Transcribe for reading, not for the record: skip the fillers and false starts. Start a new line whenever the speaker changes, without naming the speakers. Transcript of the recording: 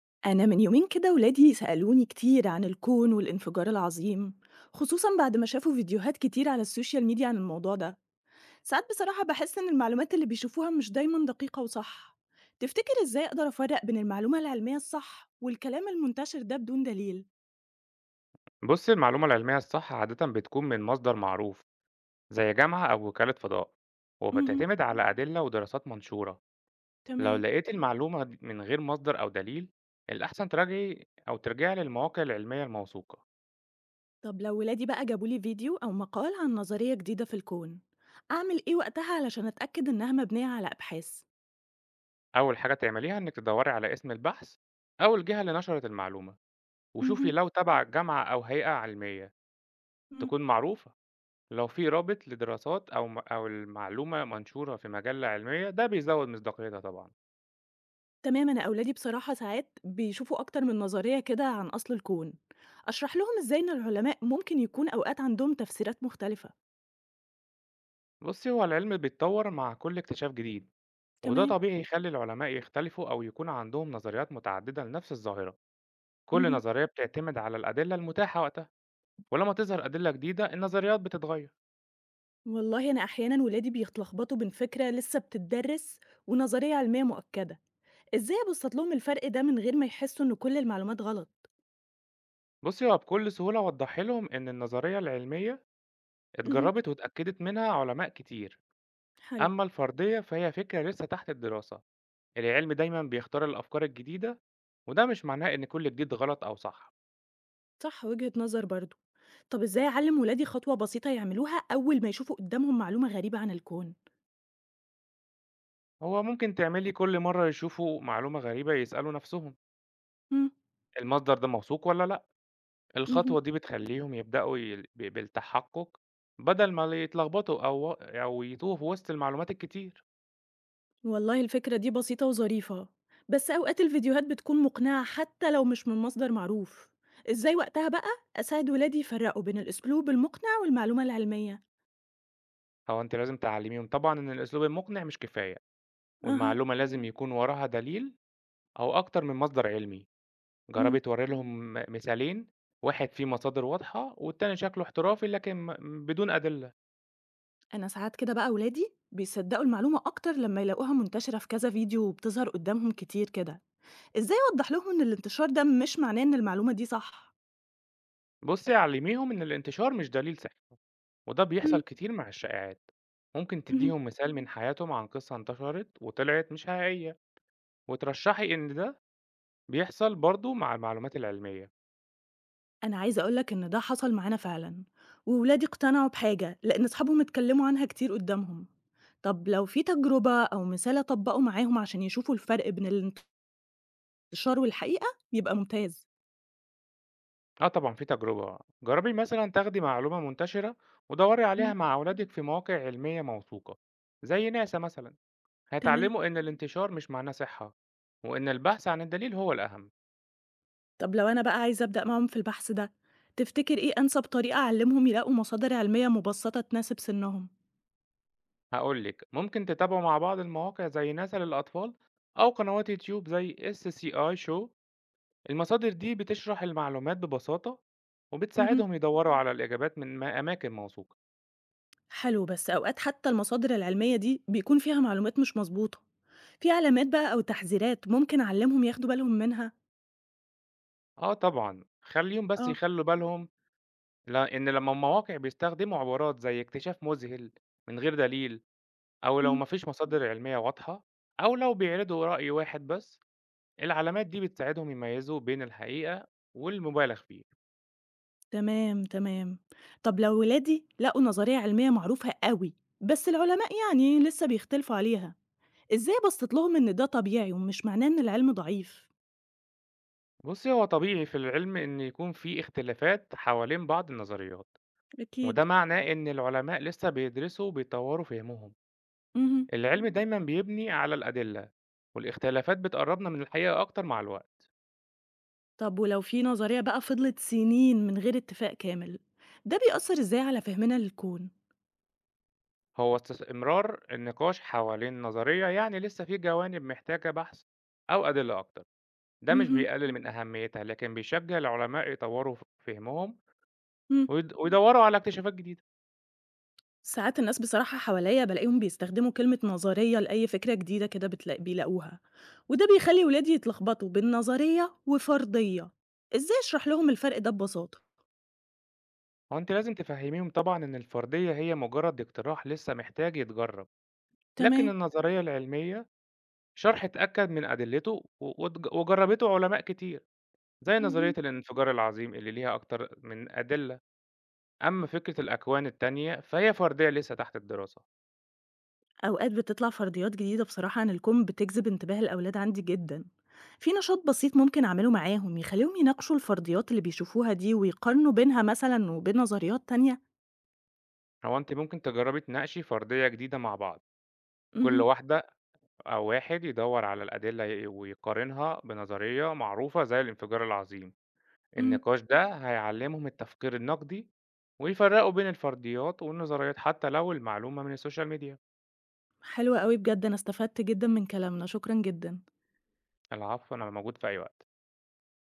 أنا من يومين كده ولادي سألوني كتير عن الكون والانفجار العظيم، خصوصا بعد ما شافوا فيديوهات كتير على السوشيال ميديا عن الموضوع ده. ساعات بصراحة بحس إن المعلومات اللي بيشوفوها مش دايما دقيقة وصح. تفتكر إزاي أقدر أفرق بين المعلومة العلمية الصح والكلام المنتشر ده بدون دليل؟
بُص، المعلومة العلمية الصح عادةً بتكون من مصدر معروف زي جامعة أو وكالة فضاء،
امم.
وبتعتمد على أدلة ودراسات منشورة. لو
تمام.
لقيت المعلومة د من غير مصدر أو دليل، الأحسن تراجعي أو ترجعي للمواقع العلمية الموثوقة.
طب لو ولادي بقى جابولي فيديو أو مقال عن نظرية جديدة في الكون، أعمل إيه وقتها علشان أتأكد إنها مبنية على أبحاث؟
أول حاجة تعمليها إنِك تدوري على اسم البحث أو الجهة اللي نشرت المعلومة، وشوفي
امم.
لو تبع جامعة أو هيئة علمية تكون معروفة. لو في رابط لدراسات أو المعلومة منشورة في مجلة علمية، ده بيزود مصداقيتها طبعًا.
تمامًا، أولادي بصراحة ساعات بيشوفوا أكتر من نظرية كده عن أصل الكون، أشرح لهم إزاي إن العلماء ممكن يكون أوقات عندهم تفسيرات مختلفة.
بصي هو العلم بيتطور مع كل اكتشاف جديد، وده
تمام.
طبيعي يخلي العلماء يختلفوا أو يكون عندهم نظريات متعددة لنفس الظاهرة. كل
اهم.
نظرية بتعتمد على الأدلة المتاحة وقتها، ولما تظهر أدلة جديدة النظريات بتتغير.
والله أنا أحيانًا ولادي بيتلخبطوا بين فكرة لسه بتدرس ونظرية علمية مؤكدة، إزاي أبسط لهم الفرق ده من غير ما يحسوا إن كل المعلومات غلط؟
بصي هو بكل سهولة وضح لهم إن النظرية العلمية
اهم،
اتجربت واتأكدت منها علماء كتير،
حلو.
أما الفردية فهي فكرة لسه تحت الدراسة. العلم دايما بيختار الأفكار الجديدة، وده مش معناه إن كل جديد غلط أو صح.
صح، وجهة نظر برضه. طب إزاي أعلم ولادي خطوة بسيطة يعملوها أول ما يشوفوا قدامهم معلومة غريبة عن الكون؟
هو ممكن تعملي كل مرة يشوفوا معلومة غريبة يسألوا نفسهم:
إمم.
المصدر ده موثوق والّا لأ، الخطوة
اهم.
دي بتخلّيهم يبدأوا ي ب بالتحقُّق بدل ما يتلخبطوا أو يتوهوا في وسط المعلومات الكتير.
والله الفكرة دي بسيطة وظريفة، بس أوقات الفيديوهات بتكون مقنعة حتى لو مش من مصدر معروف. إزاي وقتها بقى أساعد ولادي يفرقوا بين الأسلوب المقنع والمعلومة العلمية؟
هو أنتِ لازم تعلّميهم طبعًا إن الأسلوب المقنع مش كفاية،
أها.
والمعلومة لازم يكون وراها دليل أو أكتر من مصدر علمي. جرّبي
امم
تورّي لهم مثالين، واحد فيه مصادر واضحة والتاني شكله احترافي لكن بدون أدلة.
أنا ساعات كده بقى ولادي بيصدقوا المعلومة أكتر لما يلاقوها منتشرة في كذا فيديو وبتظهر قدامهم كتير كده. إزاي أوضح لهم إن الانتشار ده مش معناه إن المعلومة دي صح؟
بُصي علّميهم إن الانتشار مش دليل صحة، وده بيحصل
امم.
كتير مع الشائعات، ممكن
أمم.
تديهم مثال من حياتهم عن قصة انتشرت وطلعت مش حقيقية، وترشحي إن ده بيحصل برضه مع المعلومات العلمية.
أنا عايزة أقول لك إن ده حصل معانا فعلًا، وولادي اقتنعوا بحاجة لأن أصحابهم اتكلموا عنها كتير قدامهم. طب لو في تجربة أو مثال أطبّقه معاهم عشان يشوفوا الفرق بين الانتشار والحقيقة، يبقى ممتاز.
آه طبعًا في تجربة، جربي مثلًا تاخدي معلومة منتشرة ودوري عليها
إمم.
مع أولادك في مواقع علمية موثوقة، زي ناسا مثلًا،
تمام.
هيتعلموا إن الانتشار مش معناه صحة، وإن البحث عن الدليل هو الأهم.
طب لو أنا بقى عايزة أبدأ معاهم في البحث ده، تفتكر إيه أنسب طريقة أعلّمهم يلاقوا مصادر علمية مبسطة تناسب سنهم؟
هاقول لِك، ممكن تتابعوا مع بعض المواقع زي ناسا للأطفال أو قنوات يوتيوب زي SCI Show، المصادر دي بتشرح المعلومات ببساطة
اهم.
وبتساعدهم يدوروا على الإجابات من أماكن موثوقة.
حلو، بس أوقات حتى المصادر العلمية دي بيكون فيها معلومات مش مضبوطة. في علامات بقى أو تحذيرات ممكن أعلّمهم ياخدوا بالهم منها؟
آه طبعًا، خلّيهم بس
آه.
يخلّوا بالهم إن لمّا المواقع بيستخدموا عبارات زي اكتشاف مذهل من غير دليل، أو لو
إمم.
ما فيش مصادر علمية واضحة، أو لو بيعرضوا رأي واحد بس. العلامات دي بتساعدهم يميزوا بين الحقيقة والمُبالغ فيه.
تمام، تمام. طب لو ولادي لقوا نظرية علمية معروفة أوي، بس العلماء يعني لسه بيختلفوا عليها، إزاي أبسّط لهم إن ده طبيعي ومش معناه إن العلم ضعيف؟
بُصّي، هو طبيعي في العلم إن يكون في اختلافات حوالين بعض النظريات، وده
أكيد.
معناه إن العلماء لسه بيدرسوا وبيطوروا فهمهم.
اهم.
العلم دايمًا بيبني على الأدلة، والاختلافات بتقربنا من الحقيقة أكتر مع الوقت.
طب ولو في نظرية بقى فضلت سنين من غير اتفاق كامل، ده بيأثّر إزاي على فهمنا للكون؟
هو استمرار النقاش حوالين نظرية يعني لسه في جوانب محتاجة بحث أو أدلة أكتر. ده مش
اهم.
بيقلل من أهميتها، لكن بيشجع العلماء يطوروا فهمهم،
إمم.
ويد مم. ويدوروا على اكتشافات جديدة.
ساعات الناس بصراحة حواليا بالاقيهم بيستخدموا كلمة نظرية لأي فكرة جديدة كده بيلاقوها، وده بيخلي ولادي يتلخبطوا بين نظرية وفرضية. ازاي اشرح لهم الفرق ده ببساطة؟
هو أنتِ لازم تفهميهم طبعًا إن الفردية هي مجرد اقتراح لسه محتاج يتجرب. لكن
تمام.
النظرية العلمية شرح اتأكد من أدلته، و واتج وجرّبته علماء كتير، زي نظرية
مهم.
الانفجار العظيم اللي ليها أكتر من أدلة. أمّا فكرة الأكوان التانية فهي فردية لسه تحت الدراسة.
اوقات بتطلع فرضيات جديدة بصراحة عن الكون بتجذب انتباه الاولاد عندي جدا. في نشاط بسيط ممكن اعمله معاهم يخليهم يناقشوا الفرضيات اللي بيشوفوها دي ويقارنوا بينها مثلا وبين نظريات تانية؟
هو أنتِ ممكن تجرّبي تناقشي فردية جديدة مع بعض، كل
مهم.
واحدة أو واحد يدوّر على الأدلة ويقارنها بنظرية معروفة زي الانفجار العظيم،
مم.
النقاش ده هيعلّمهم التفكير النقدي ويفرّقوا بين الفرديات والنظريات حتى لو المعلومة من السوشيال ميديا.
حلوة قوي بجد، انا استفدت جدا من كلامنا، شكرا جدا.
العفو، أنا موجود في أي وقت.